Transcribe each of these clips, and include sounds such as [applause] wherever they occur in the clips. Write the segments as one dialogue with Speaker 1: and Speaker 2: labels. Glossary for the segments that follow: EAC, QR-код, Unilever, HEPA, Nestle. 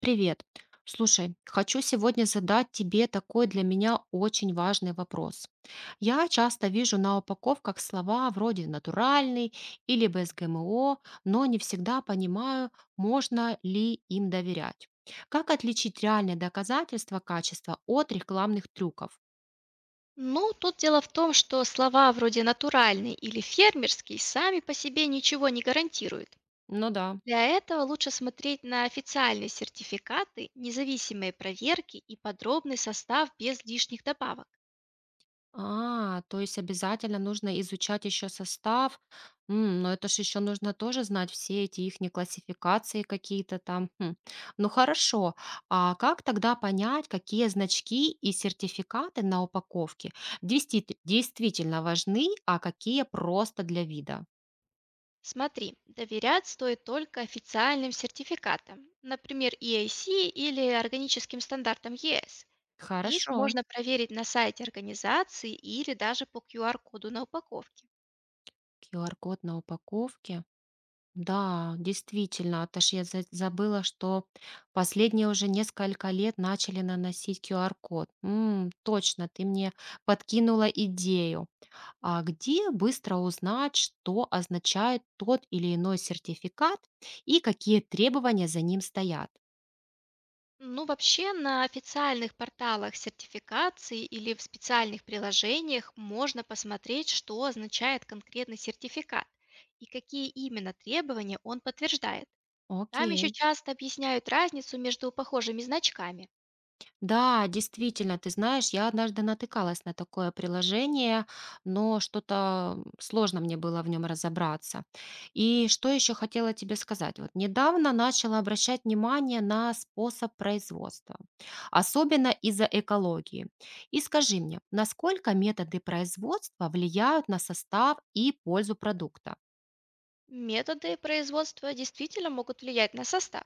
Speaker 1: Привет. Слушай, хочу сегодня задать тебе такой для меня очень важный вопрос. Я часто вижу на упаковках слова вроде «натуральный» или «без ГМО», но не всегда понимаю, можно ли им доверять. Как отличить реальные доказательства качества от рекламных трюков?
Speaker 2: Ну, тут дело в том, что слова вроде «натуральный» или «фермерский» сами по себе ничего не гарантируют.
Speaker 1: Ну да.
Speaker 2: Для этого лучше смотреть на официальные сертификаты, независимые проверки и подробный состав без лишних добавок.
Speaker 1: А, то есть обязательно нужно изучать еще состав. Но это же еще нужно тоже знать все эти их классификации какие-то там. Хм. Ну хорошо, а как тогда понять, какие значки и сертификаты на упаковке действительно важны, а какие просто для вида?
Speaker 2: Смотри, доверять стоит только официальным сертификатам, например, EAC или органическим стандартам ЕС. Их
Speaker 1: Хорошо.
Speaker 2: можно проверить на сайте организации или даже по QR-коду на упаковке.
Speaker 1: QR-код на упаковке. Да, действительно, это ж я забыла, что последние уже несколько лет начали наносить QR-код. Точно, ты мне подкинула идею. А где быстро узнать, что означает тот или иной сертификат и какие требования за ним стоят?
Speaker 2: Ну, вообще на официальных порталах сертификации или в специальных приложениях можно посмотреть, что означает конкретный сертификат и какие именно требования он подтверждает. Там еще
Speaker 1: Окей.
Speaker 2: часто объясняют разницу между похожими значками.
Speaker 1: Да, действительно, ты знаешь, я однажды натыкалась на такое приложение, но что-то сложно мне было в нем разобраться. И что еще хотела тебе сказать? Вот недавно начала обращать внимание на способ производства, особенно из-за экологии. И скажи мне, насколько методы производства влияют на состав и пользу продукта?
Speaker 2: Методы производства действительно могут влиять на состав.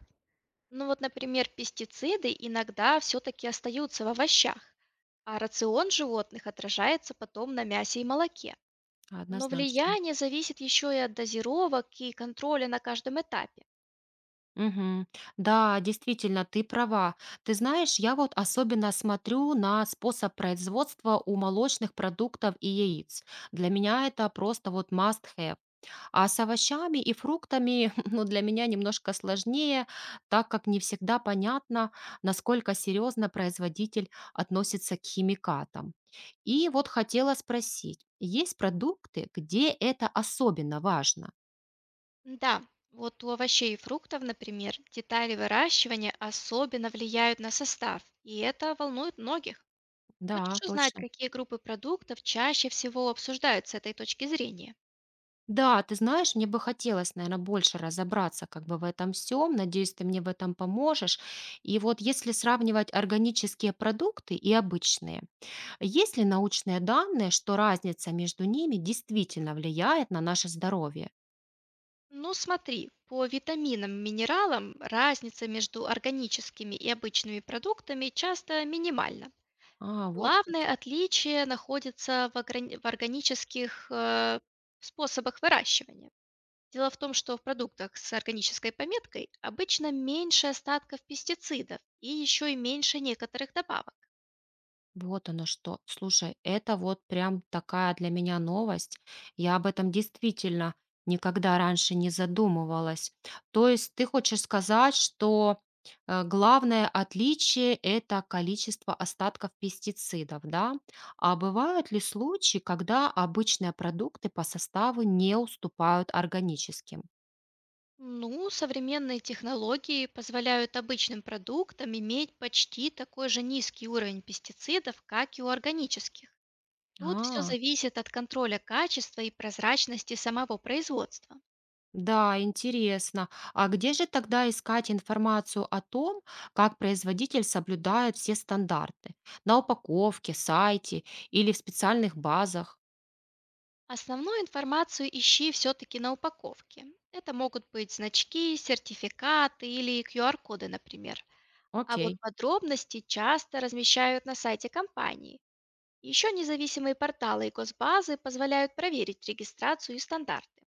Speaker 2: Ну вот, например, пестициды иногда все-таки остаются в овощах, а рацион животных отражается потом на мясе и молоке. Но
Speaker 1: Однозначно.
Speaker 2: влияние зависит еще и от дозировок и контроля на каждом этапе.
Speaker 1: Мгм. Да, действительно, ты права. Ты знаешь, я вот особенно смотрю на способ производства у молочных продуктов и яиц. Для меня это просто вот must have. А с овощами и фруктами, [laughs] ну, для меня немножко сложнее, так как не всегда понятно, насколько серьезно производитель относится к химикатам. И вот хотела спросить, есть продукты, где это особенно важно?
Speaker 2: Да, вот у овощей и фруктов, например, детали выращивания особенно влияют на состав, и это волнует многих.
Speaker 1: Да,
Speaker 2: Хочешь узнать,
Speaker 1: точно.
Speaker 2: какие группы продуктов чаще всего обсуждают с этой точки зрения?
Speaker 1: Да, ты знаешь, мне бы хотелось, наверное, больше разобраться как бы в этом всем. Надеюсь, ты мне в этом поможешь. И вот если сравнивать органические продукты и обычные, есть ли научные данные, что разница между ними действительно влияет на наше здоровье?
Speaker 2: Ну смотри, по витаминам, минералам разница между органическими и обычными продуктами часто минимальна.
Speaker 1: А, вот как.
Speaker 2: Главное отличие находится в органических способах выращивания. Дело в том, что в продуктах с органической пометкой обычно меньше остатков пестицидов и еще и меньше некоторых добавок.
Speaker 1: Вот оно что. Слушай, это вот прям такая для меня новость. Я об этом действительно никогда раньше не задумывалась. То есть ты хочешь сказать, что главное отличие– это количество остатков пестицидов, да? А бывают ли случаи, когда обычные продукты по составу не уступают органическим?
Speaker 2: Ну, современные технологии позволяют обычным продуктам иметь почти такой же низкий уровень пестицидов, как и у органических. Тут все
Speaker 1: А,
Speaker 2: зависит от контроля качества и прозрачности самого производства.
Speaker 1: да, интересно. А где же тогда искать информацию о том, как производитель соблюдает все стандарты? На упаковке, сайте или в специальных базах?
Speaker 2: Основную информацию ищи все-таки на упаковке. Это могут быть значки, сертификаты или QR-коды, например. А
Speaker 1: Окей.
Speaker 2: вот подробности часто размещают на сайте компании. Еще независимые порталы и госбазы позволяют проверить регистрацию и стандарты.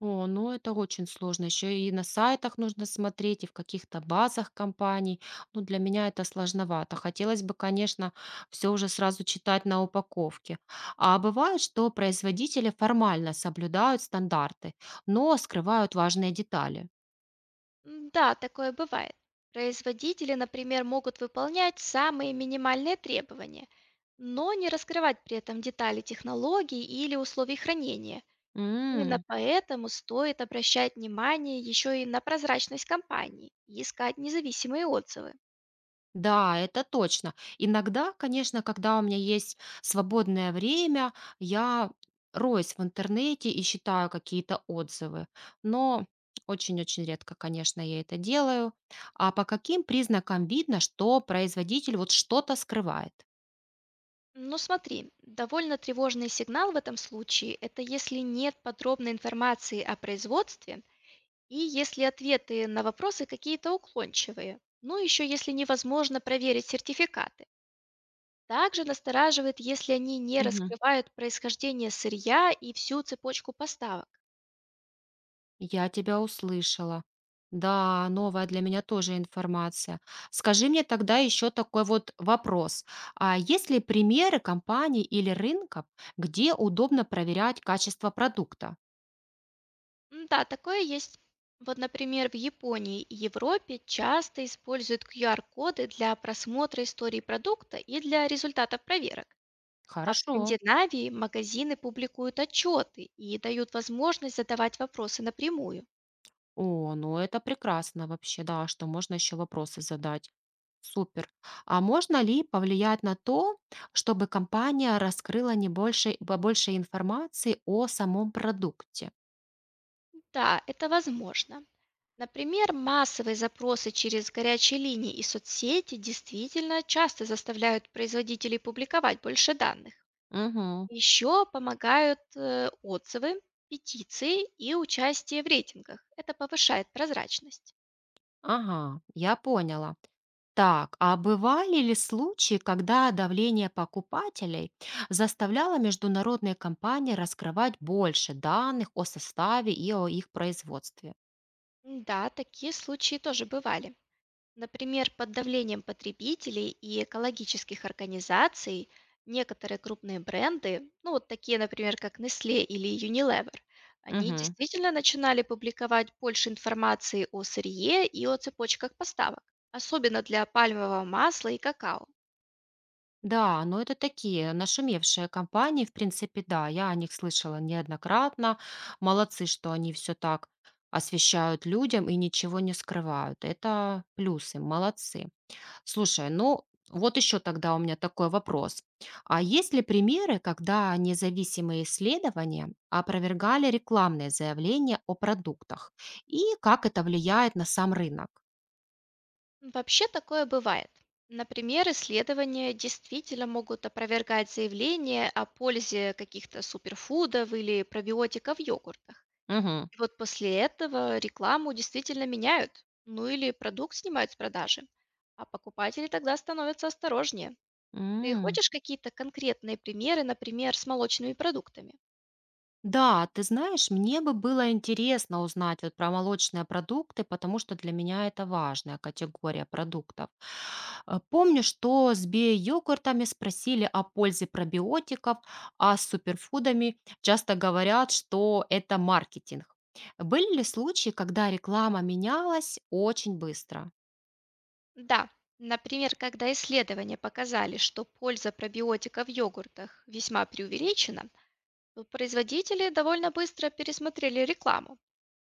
Speaker 1: О, ну это очень сложно. Еще и на сайтах нужно смотреть, и в каких-то базах компаний. Ну, для меня это сложновато. Хотелось бы, конечно, все уже сразу читать на упаковке. А бывает, что производители формально соблюдают стандарты, но скрывают важные детали.
Speaker 2: М, да, такое бывает. Производители, например, могут выполнять самые минимальные требования, но не раскрывать при этом детали технологий или условий хранения. Именно поэтому стоит обращать внимание еще и на прозрачность компании и искать независимые отзывы.
Speaker 1: Да, это точно. Иногда, конечно, когда у меня есть свободное время, я роюсь в интернете и читаю какие-то отзывы. Но очень-очень редко, конечно, я это делаю. А по каким признакам видно, что производитель вот что-то скрывает?
Speaker 2: Но смотри, довольно тревожный сигнал в этом случае — это если нет подробной информации о производстве и если ответы на вопросы какие-то уклончивые, ну еще если невозможно проверить сертификаты. Также настораживает, если они не раскрывают происхождение сырья и всю цепочку поставок.
Speaker 1: Я тебя услышала. Да, новая для меня тоже информация. Скажи мне тогда еще такой вот вопрос. А есть ли примеры компаний или рынков, где удобно проверять качество продукта?
Speaker 2: М, да, такое есть. Вот, например, в Японии и Европе часто используют QR-коды для просмотра истории продукта и для результатов проверок. А в
Speaker 1: Хорошо.
Speaker 2: Скандинавии магазины публикуют отчеты и дают возможность задавать вопросы напрямую.
Speaker 1: О, ну это прекрасно вообще, да, что можно еще вопросы задать. Супер. А можно ли повлиять на то, чтобы компания раскрыла не больше, побольше информации о самом продукте?
Speaker 2: Да, это возможно. Например, массовые запросы через горячие линии и соцсети действительно часто заставляют производителей публиковать больше данных.
Speaker 1: Угу.
Speaker 2: Еще помогают отзывы, петиции и участие в рейтингах. Это повышает прозрачность.
Speaker 1: Ага, я поняла. Так, а бывали ли случаи, когда давление покупателей заставляло международные компании раскрывать больше данных о составе и о их производстве?
Speaker 2: Да, такие случаи тоже бывали. Например, под давлением потребителей и экологических организаций некоторые крупные бренды, ну вот такие, например, как Nestle или Unilever, они
Speaker 1: Мгм.
Speaker 2: действительно начинали публиковать больше информации о сырье и о цепочках поставок, особенно для пальмового масла и какао.
Speaker 1: Да, но это такие нашумевшие компании, в принципе, да, я о них слышала неоднократно. Молодцы, что они все так освещают людям и ничего не скрывают. Это плюсы, молодцы. Слушай, ну вот еще тогда у меня такой вопрос. А есть ли примеры, когда независимые исследования опровергали рекламные заявления о продуктах? И как это влияет на сам рынок?
Speaker 2: Вообще такое бывает. Например, исследования действительно могут опровергать заявления о пользе каких-то суперфудов или пробиотиков в йогуртах.
Speaker 1: Угу.
Speaker 2: И вот после этого рекламу действительно меняют, ну или продукт снимают с продажи. А покупатели тогда становятся осторожнее. Ты хочешь какие-то конкретные примеры, например, с молочными продуктами?
Speaker 1: Да, ты знаешь, мне бы было интересно узнать вот про молочные продукты, потому что для меня это важная категория продуктов. Помню, что с био-йогуртами спросили о пользе пробиотиков, а с суперфудами часто говорят, что это маркетинг. Были ли случаи, когда реклама менялась очень быстро?
Speaker 2: Да, например, когда исследования показали, что польза пробиотика в йогуртах весьма преувеличена, ну, производители довольно быстро пересмотрели рекламу,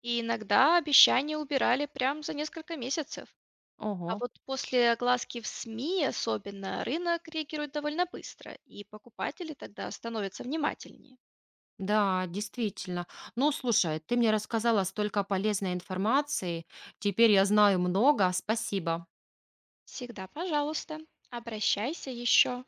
Speaker 2: и иногда обещания убирали прям за несколько месяцев. А
Speaker 1: Ого,
Speaker 2: вот после огласки в СМИ особенно рынок реагирует довольно быстро, и покупатели тогда становятся внимательнее.
Speaker 1: да, действительно. Ну, слушай, ты мне рассказала столько полезной информации, теперь я знаю много, спасибо.
Speaker 2: Всегда пожалуйста, обращайся еще.